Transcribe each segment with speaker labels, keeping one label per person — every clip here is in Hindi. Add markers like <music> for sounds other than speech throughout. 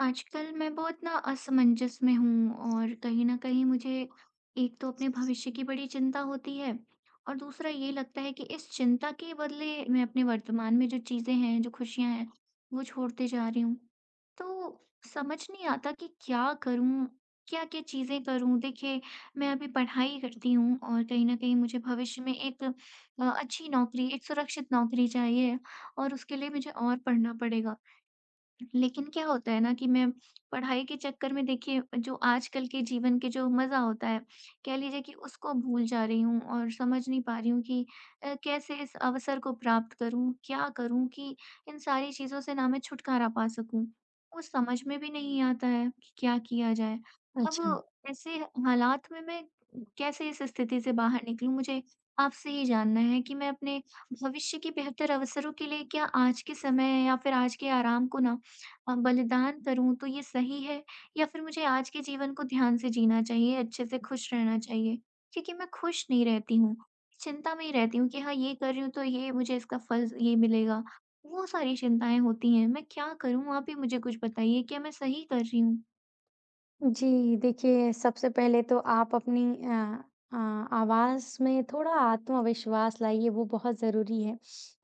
Speaker 1: आजकल मैं बहुत ना असमंजस में हूँ और कहीं न कहीं मुझे एक तो अपने भविष्य की बड़ी चिंता होती है और दूसरा ये लगता है कि इस चिंता के बदले मैं अपने वर्तमान में जो चीज़ें हैं, जो खुशियाँ हैं, वो छोड़ते जा रही हूँ। तो समझ नहीं आता कि क्या करूँ? क्या-क्या चीज़ें करूँ? देखिए, मैं अभी पढ़ाई करती हूँ और कहीं न कहीं मुझे भविष्य में एक अच्छी नौकरी, एक सुरक्षित नौकरी चाहिए और उसके लिए मुझे और पढ़ना पड़ेगा। लेकिन क्या होता है ना कि मैं पढ़ाई के चक्कर में देखिए जो आजकल के जीवन के जो मज़ा होता है, कह लीजिए कि उसको भूल जा रही हूँ और समझ नहीं पा रही हूँ कि कैसे इस अवसर को प्राप्त करूँ? क्या करूँ कि इन सारी चीज़ों से ना मैं छुटकारा पा सकूँ? वो समझ में भी नहीं आता है कि क्या किया जाए?
Speaker 2: अच्छा।
Speaker 1: अब ऐसे हालात में मैं कैसे इस स्थिति से बाहर निकलूँ? मुझे आपसे ये जानना है कि मैं अपने भविष्य के बेहतर अवसरों के लिए क्या आज के समय या फिर आज के आराम को ना बलिदान करूँ तो ये सही है या फिर मुझे आज के जीवन को ध्यान से जीना चाहिए, अच्छे से खुश रहना चाहिए? क्योंकि मैं खुश नहीं रहती हूँ, चिंता में ही रहती हूँ कि हाँ, ये कर रही हूँ तो ये मुझे इसका फल ये मिलेगा। वो सारी चिंताएँ होती हैं, मैं क्या करूँ? आप ही मुझे कुछ बताइए, क्या मैं सही कर रही हूँ?
Speaker 2: जी, देखिए सबसे पहले तो आप अपनी आवाज़ में थोड़ा आत्मविश्वास लाइए वो बहुत ज़रूरी है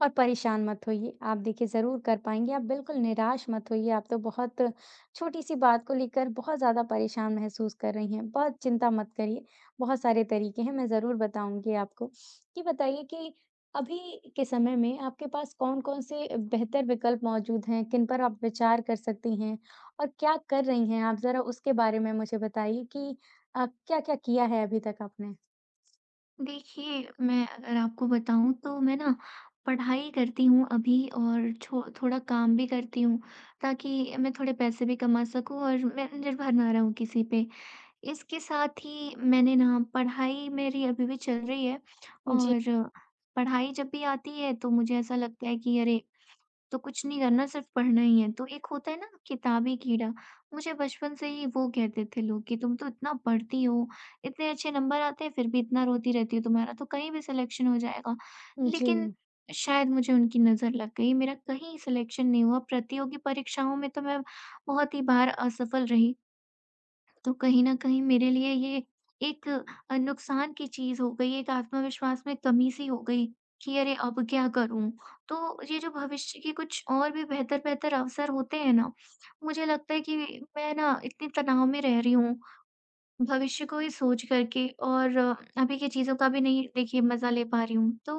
Speaker 2: और परेशान मत होइए। आप देखिए ज़रूर कर पाएँगे, आप बिल्कुल निराश मत होइए। आप तो बहुत छोटी-सी बात को लेकर बहुत ज़्यादा परेशान महसूस कर रही हैं, बहुत चिंता मत करिए। बहुत सारे तरीके हैं, मैं ज़रूर बताऊँगी आपको। ये बताइए कि अभी के समय में आपके पास कौन-कौन से बेहतर विकल्प मौजूद हैं? किन पर आप विचार कर सकती हैं? और क्या कर रही हैं आप? ज़रा उसके बारे में मुझे बताइए कि क्या-क्या किया है अभी तक आपने?
Speaker 1: देखिए, मैं अगर आपको बताऊँ तो मैं ना पढ़ाई करती हूँ अभी और छो थोड़ा काम भी करती हूँ, ताकि मैं थोड़े पैसे भी कमा सकूँ और मैं निर्भर ना रहूँ किसी पे। इसके साथ ही मैंने ना पढ़ाई मेरी अभी भी चल रही है
Speaker 2: जी।
Speaker 1: और पढ़ाई जब भी आती है तो मुझे ऐसा लगता है कि अरे तो कुछ नहीं करना सिर्फ पढ़ना ही है। तो एक होता है ना किताबी कीड़ा, मुझे बचपन से ही वो कहते थे लोग कि तुम तो इतना पढ़ती हो, इतने अच्छे नंबर आते हैं फिर भी इतना रोती रहती हो, तुम्हारा तो कहीं भी सिलेक्शन हो जाएगा।
Speaker 2: जी।
Speaker 1: लेकिन शायद मुझे उनकी नज़र लग गई, मेरा कहीं सिलेक्शन नहीं हुआ, प्रतियोगी परीक्षाओं में तो मैं बहुत ही बार असफल रही। तो कहीं न कहीं मेरे लिए ये एक नुकसान की चीज़ हो गई, एक आत्मविश्वास में कमी सी हो गई कि अरे! अब क्या करूँ? तो ये जो भविष्य के कुछ और भी बेहतर-बेहतर अवसर होते हैं ना, मुझे लगता है कि मैं ना इतने तनाव में रह रही हूँ भविष्य को ही सोच करके और अभी की चीज़ों का भी नहीं देखिए मज़ा ले पा रही हूँ। तो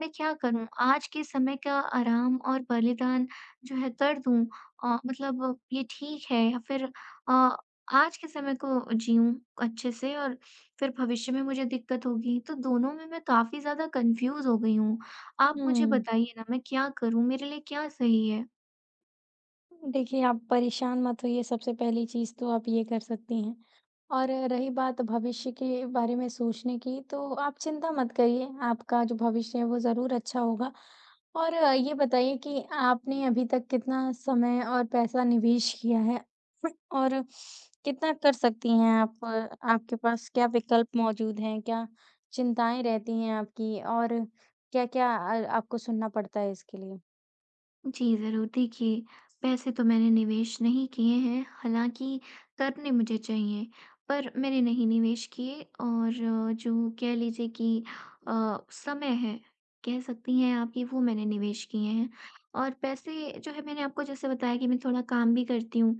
Speaker 1: मैं क्या करूँ? आज के समय का आराम और बलिदान जो है कर दूँ मतलब ये ठीक है या फिर अ, आज के समय को जीऊँ अच्छे से और फिर भविष्य में मुझे दिक्कत होगी। तो दोनों में मैं काफ़ी ज़्यादा कन्फ्यूज़ हो गई हूँ। आप मुझे
Speaker 2: हुँ।
Speaker 1: बताइए ना मैं क्या करूँ? मेरे लिए क्या सही है?
Speaker 2: देखिए, आप परेशान मत होइए सबसे पहली चीज़ तो आप ये कर सकती हैं और रही बात भविष्य के बारे में सोचने की, तो आप चिंता मत करिए, आपका जो भविष्य है वो ज़रूर अच्छा होगा। और ये बताइए कि आपने अभी तक कितना समय और पैसा निवेश किया है? <laughs> और कितना कर सकती हैं आप? आपके पास क्या विकल्प मौजूद हैं? क्या चिंताएँ रहती हैं आपकी? और क्या-क्या आपको सुनना पड़ता है इसके लिए?
Speaker 1: जी, ज़रूर। देखिए, पैसे तो मैंने निवेश नहीं किए हैं, हालाँकि करने मुझे चाहिए, पर मैंने नहीं निवेश किए और जो कह लीजिए कि समय है, कह सकती हैं आप कि वो मैंने निवेश किए हैं। और पैसे जो है मैंने आपको जैसे बताया कि मैं थोड़ा काम भी करती हूँ,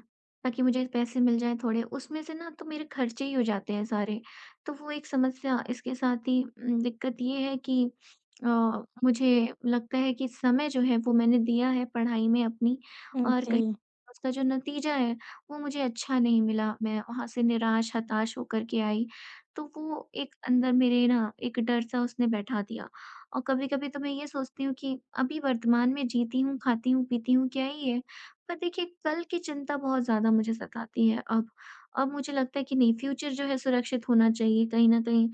Speaker 1: ताकि मुझे पैसे मिल जाएँ थोड़े, उसमें से ना तो मेरे खर्चे ही हो जाते हैं सारे। तो वो एक समस्या इसके साथ ही दिक्कत ये है कि मुझे लगता है कि समय जो है वो मैंने दिया है पढ़ाई में अपनी
Speaker 2: हुँ,
Speaker 1: और
Speaker 2: जी।
Speaker 1: कहीं उसका जो नतीजा है वो मुझे अच्छा नहीं मिला। मैं वहाँ से निराश, हताश होकर के आई। तो वो एक अंदर मेरे ना एक डर सा उसने बैठा दिया और कभी-कभी तो मैं ये सोचती हूँ कि अभी वर्तमान में जीती हूँ, खाती हूँ, पीती हूँ, क्या ही है? पर देखिए कल की चिंता बहुत ज़्यादा मुझे सताती है अब। अब मुझे लगता है कि नहीं फ्यूचर जो है सुरक्षित होना चाहिए कहीं न कहीं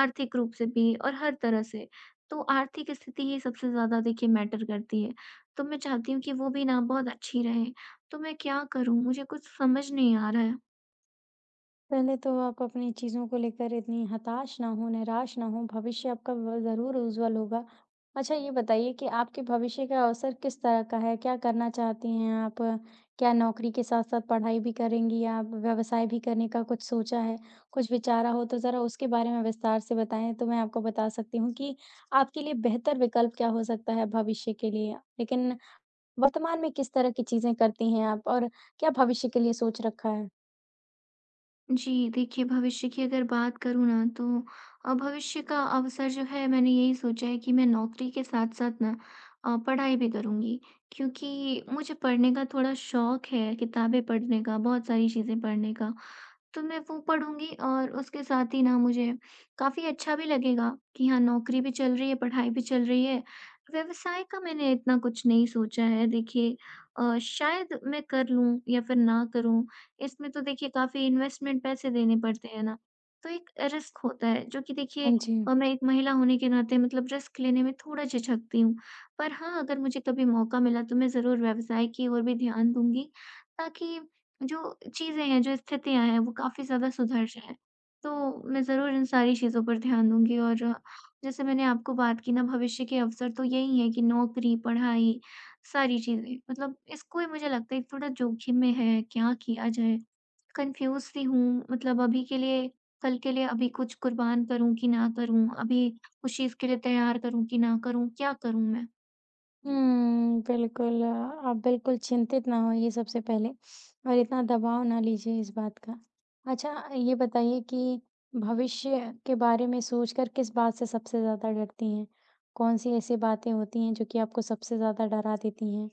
Speaker 1: आर्थिक रूप से भी और हर तरह से। तो आर्थिक स्थिति ही सबसे ज़्यादा देखिए मैटर करती है। तो मैं चाहती हूँ कि वो भी ना बहुत अच्छी रहे। तो मैं क्या करूँ? मुझे कुछ समझ नहीं आ रहा है।
Speaker 2: पहले तो आप अपनी चीज़ों को लेकर इतनी हताश ना हों, निराश ना हों, भविष्य आपका व ज़रूर उज्ज्वल होगा। अच्छा ये बताइए कि आपके भविष्य का अवसर किस तरह का है? क्या करना चाहती हैं आप? क्या नौकरी के साथ-साथ पढ़ाई भी करेंगी आप? व्यवसाय भी करने का कुछ सोचा है? कुछ विचारा हो तो ज़रा उसके बारे में विस्तार से बताएँ, तो मैं आपको बता सकती हूँ कि आपके लिए बेहतर विकल्प क्या हो सकता है भविष्य के लिए। लेकिन वर्तमान में किस तरह की चीज़ें करती हैं आप और क्या भविष्य के लिए सोच रखा है?
Speaker 1: जी, देखिए भविष्य की अगर बात करूँ ना तो भविष्य का अवसर जो है मैंने यही सोचा है कि मैं नौकरी के साथ-साथ ना पढ़ाई भी करूँगी। क्योंकि मुझे पढ़ने का थोड़ा शौक है, किताबें पढ़ने का, बहुत सारी चीज़ें पढ़ने का। तो मैं वो पढ़ूँगी और उसके साथ ही ना मुझे काफ़ी अच्छा भी लगेगा कि हाँ, नौकरी भी चल रही है, पढ़ाई भी चल रही है। व्यवसाय का मैंने इतना कुछ नहीं सोचा है देखिए शायद मैं कर लूँ या फिर ना करूँ इसमें तो देखिए काफ़ी इन्वेस्टमेंट पैसे देने पड़ते हैं ना, तो एक रिस्क होता है जो कि देखिए
Speaker 2: हाँ जी।
Speaker 1: मैं एक महिला होने के नाते मतलब रिस्क लेने में थोड़ा झिझकती हूँ। पर हाँ, अगर मुझे कभी मौका मिला तो मैं ज़रूर व्यवसाय की ओर भी ध्यान दूँगी ताकि जो चीज़ें हैं, जो स्थितियाँ हैं वो काफ़ी ज़्यादा सुधर जाएँ। तो मैं ज़रूर इन सारी चीज़ों पर ध्यान दूँगी और जैसे मैंने आपको बात की ना भविष्य के अवसर तो यही है कि नौकरी, पढ़ाई सारी चीज़ें मतलब इसको ही मुझे लगता है थोड़ा जोखिम में है, क्या किया जाए? कंफ्यूज सी हूँ मतलब अभी के लिए कल के लिए अभी कुछ कुर्बान करूँ कि ना करूँ? अभी उस चीज़ के लिए तैयार करूँ कि ना करूँ? क्या करूँ मैं?
Speaker 2: हुँ, बिल्कुल। आप बिल्कुल चिंतित ना होइए सबसे पहले और इतना दबाव ना लीजिए इस बात का। अच्छा ये बताइए कि भविष्य के बारे में सोचकर किस बात से सबसे ज़्यादा डरती हैं? कौन-सी ऐसी बातें होती हैं जो कि आपको सबसे ज़्यादा डरा देती हैं?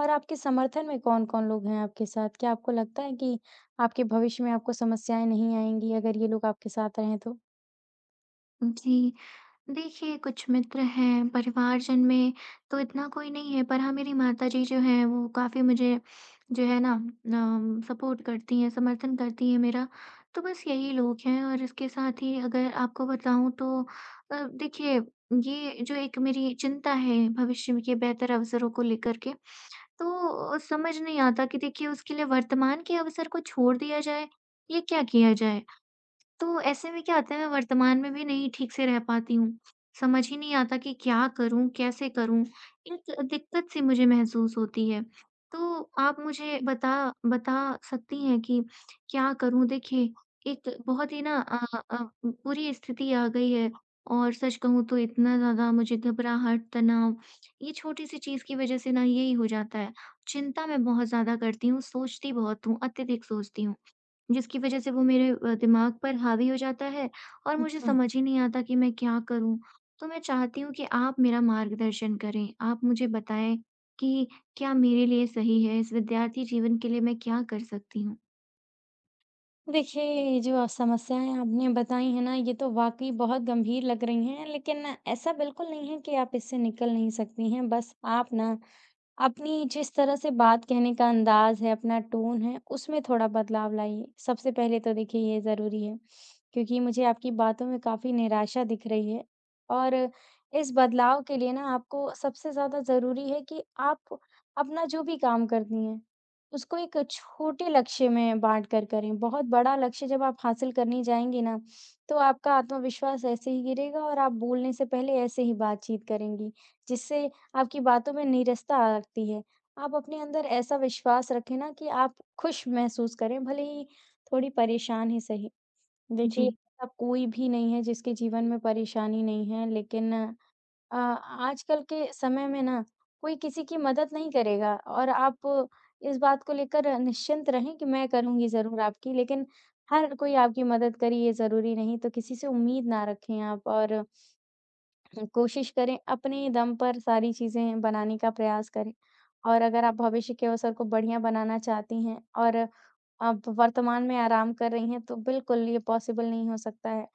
Speaker 2: और आपके समर्थन में कौन-कौन लोग हैं आपके साथ? क्या आपको लगता है कि आपके भविष्य में आपको समस्याएँ नहीं आएँगी अगर ये लोग आपके साथ रहें तो?
Speaker 1: जी, देखिए कुछ मित्र हैं, परिवारजन में तो इतना कोई नहीं है, पर हाँ मेरी माताजी जो हैं वो काफ़ी मुझे जो है ना सपोर्ट करती हैं, समर्थन करती हैं मेरा। तो बस यही लोग हैं और इसके साथ ही अगर आपको बताऊँ तो देखिए ये जो एक मेरी चिंता है भविष्य के बेहतर अवसरों को लेकर के तो समझ नहीं आता कि देखिए उसके लिए वर्तमान के अवसर को छोड़ दिया जाए, या क्या किया जाए? तो ऐसे में क्या होता है मैं वर्तमान में भी नहीं ठीक से रह पाती हूँ। समझ ही नहीं आता कि क्या करूँ, कैसे करूँ? एक दिक्कत सी मुझे महसूस होती है। तो आप मुझे बता बता सकती हैं कि क्या करूँ? देखिए, एक बहुत ही ना बुरी स्थिति आ गई है और सच कहूँ तो इतना ज़्यादा मुझे घबराहट, तनाव ये छोटी-सी चीज़ की वज़ह से ना यही हो जाता है। चिंता मैं बहुत ज़्यादा करती हूँ, सोचती बहुत हूँ, अत्यधिक सोचती हूँ। जिसकी वजह से वो मेरे दिमाग पर हावी हो जाता है और मुझे
Speaker 2: अच्छा।
Speaker 1: समझ ही नहीं आता कि मैं क्या करूँ? तो मैं चाहती हूँ कि आप मेरा मार्गदर्शन करें। आप मुझे बताएँ कि क्या मेरे लिए सही है? इस विद्यार्थी जीवन के लिए मैं क्या कर सकती हूँ?
Speaker 2: देखिए, ये जो समस्याएँ आपने बताई हैं ना, ये तो वाक़ई बहुत गंभीर लग रही हैं, लेकिन ऐसा बिल्कुल नहीं है कि आप इससे निकल नहीं सकती हैं। बस आप ना अपनी जिस तरह से बात कहने का अंदाज़ है, अपना टोन है, उसमें थोड़ा बदलाव लाइए। सबसे पहले तो देखिए ये ज़रूरी है, क्योंकि मुझे आपकी बातों में काफ़ी निराशा दिख रही है। और इस बदलाव के लिए ना आपको सबसे ज़्यादा ज़रूरी है कि आप अपना जो भी काम करती हैं, उसको एक छोटे लक्ष्य में बाँट कर करें। बहुत बड़ा लक्ष्य जब आप हासिल करने जाएँगी ना, तो आपका आत्मविश्वास ऐसे ही गिरेगा और आप बोलने से पहले ऐसे ही बातचीत करेंगी, जिससे आपकी बातों में नीरसता आ लगती है। आप अपने अंदर ऐसा विश्वास रखें ना कि आप खुश महसूस करें, भले ही थोड़ी परेशान ही सही।
Speaker 1: जी।
Speaker 2: देखिए, ऐसा कोई भी नहीं है जिसके जीवन में परेशानी नहीं है, लेकिन आजकल के समय में ना कोई किसी की मदद नहीं करेगा और आप इस बात को लेकर निश्चिंत रहें कि मैं करूँगी ज़रूर आपकी, लेकिन हर कोई आपकी मदद करे ये ज़रूरी नहीं, तो किसी से उम्मीद ना रखें आप और कोशिश करें, अपने दम पर सारी चीज़ें बनाने का प्रयास करें। और अगर आप भविष्य के अवसर को बढ़िया बनाना चाहती हैं और आप वर्तमान में आराम कर रही हैं, तो बिल्कुल ये पॉसिबल नहीं हो सकता है।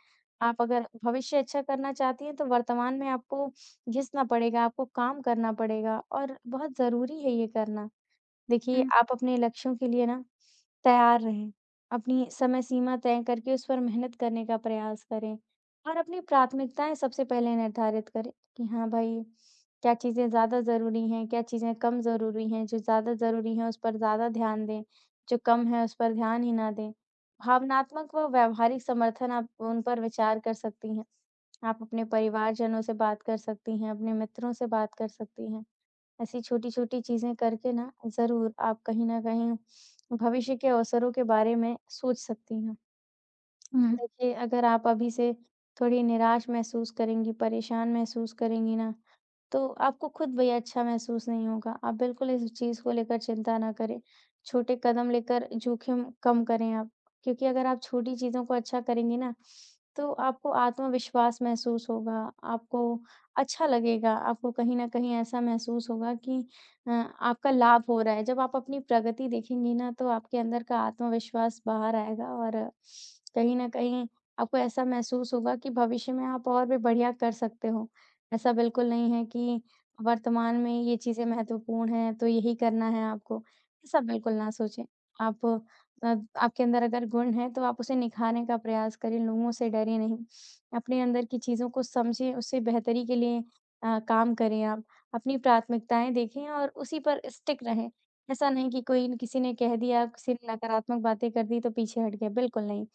Speaker 2: आप अगर भविष्य अच्छा करना चाहती हैं, तो वर्तमान में आपको घिसना पड़ेगा, आपको काम करना पड़ेगा और बहुत ज़रूरी है ये करना। देखिए,
Speaker 1: हुँ,
Speaker 2: आप अपने लक्ष्यों के लिए ना तैयार रहें। अपनी समय सीमा तय करके उस पर मेहनत करने का प्रयास करें और अपनी प्राथमिकताएँ सबसे पहले निर्धारित करें कि हाँ भाई, क्या चीज़ें ज़्यादा ज़रूरी हैं, क्या चीज़ें कम ज़रूरी हैं। जो ज़्यादा ज़रूरी हैं, उस पर ज़्यादा ध्यान दें, जो कम है, उस पर ध्यान ही ना दें। भावनात्मक व व्यावहारिक समर्थन आप उन पर विचार कर सकती हैं। आप अपने परिवारजनों से बात कर सकती हैं, अपने मित्रों से बात कर सकती हैं। ऐसी छोटी-छोटी चीज़ें करके ना ज़रूर आप कहीं न कहीं भविष्य के अवसरों के बारे में सोच सकती हैं।
Speaker 1: हुँ।
Speaker 2: देखिए अगर आप अभी से थोड़ी निराश महसूस करेंगी, परेशान महसूस करेंगी ना तो आपको खुद भी अच्छा महसूस नहीं होगा। आप बिल्कुल इस चीज़ को लेकर चिंता ना करें। छोटे कदम लेकर जोखिम कम करें आप। क्योंकि अगर आप छोटी चीज़ों को अच्छा करेंगे ना, तो आपको आत्मविश्वास महसूस होगा, आपको अच्छा लगेगा, आपको कहीं न कहीं ऐसा महसूस होगा कि आपका लाभ हो रहा है। जब आप अपनी प्रगति देखेंगी ना, तो आपके अंदर का आत्मविश्वास बाहर आएगा और कहीं न कहीं आपको ऐसा महसूस होगा कि भविष्य में आप और भी बढ़िया कर सकते हो। ऐसा बिल्कुल नहीं है कि वर्तमान में ये चीज़ें महत्वपूर्ण हैं, तो यही करना है आपको। ऐसा बिल्कुल ना सोचें। आप अ, आपके अंदर अगर गुण है, तो आप उसे निखारने का प्रयास करें, लोगों से डरें नहीं। अपने अंदर की चीज़ों को समझें, उससे बेहतरी के लिए काम करें आप। अपनी प्राथमिकताएँ देखें और उसी पर स्टिक रहें। ऐसा नहीं कि कोई न किसी ने कह दिया, किसी ने नकारात्मक बातें कर दी, तो पीछे हट गए, बिल्कुल नहीं।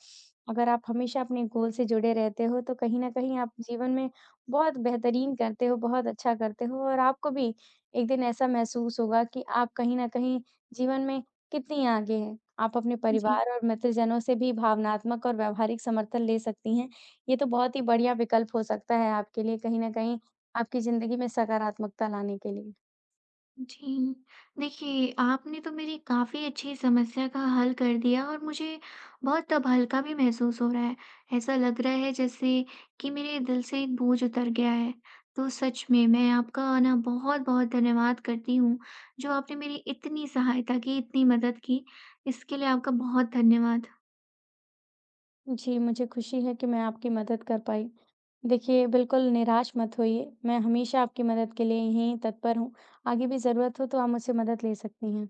Speaker 2: अगर आप हमेशा अपने गोल से जुड़े रहते हो, तो कहीं न कहीं आप जीवन में बहुत बेहतरीन करते हो, बहुत अच्छा करते हो और आपको भी एक दिन ऐसा महसूस होगा कि आप कहीं न कहीं जीवन में कितनी आगे हैं। आप अपने
Speaker 1: जी।
Speaker 2: परिवार और मित्रजनों से भी भावनात्मक और व्यावहारिक समर्थन ले सकती हैं। ये तो बहुत ही बढ़िया विकल्प हो सकता है आपके लिए कहीं न कहीं आपकी ज़िंदगी में सकारात्मकता लाने के लिए।
Speaker 1: जी। देखिए, आपने तो मेरी काफ़ी अच्छी समस्या का हल कर दिया और मुझे बहुत अब हल्का भी महसूस हो रहा है। ऐसा लग रहा है जैसे कि मेरे दिल से एक बोझ उतर गया है। तो सच में मैं आपका ना बहुत-बहुत धन्यवाद करती हूँ, जो आपने मेरी इतनी सहायता की, इतनी मदद की। इसके लिए आपका बहुत धन्यवाद।
Speaker 2: जी, मुझे खुशी है कि मैं आपकी मदद कर पाई। देखिए, बिल्कुल निराश मत होइए, मैं हमेशा आपकी मदद के लिए यहीं तत्पर हूँ। आगे भी ज़रूरत हो तो आप मुझसे मदद ले सकती हैं।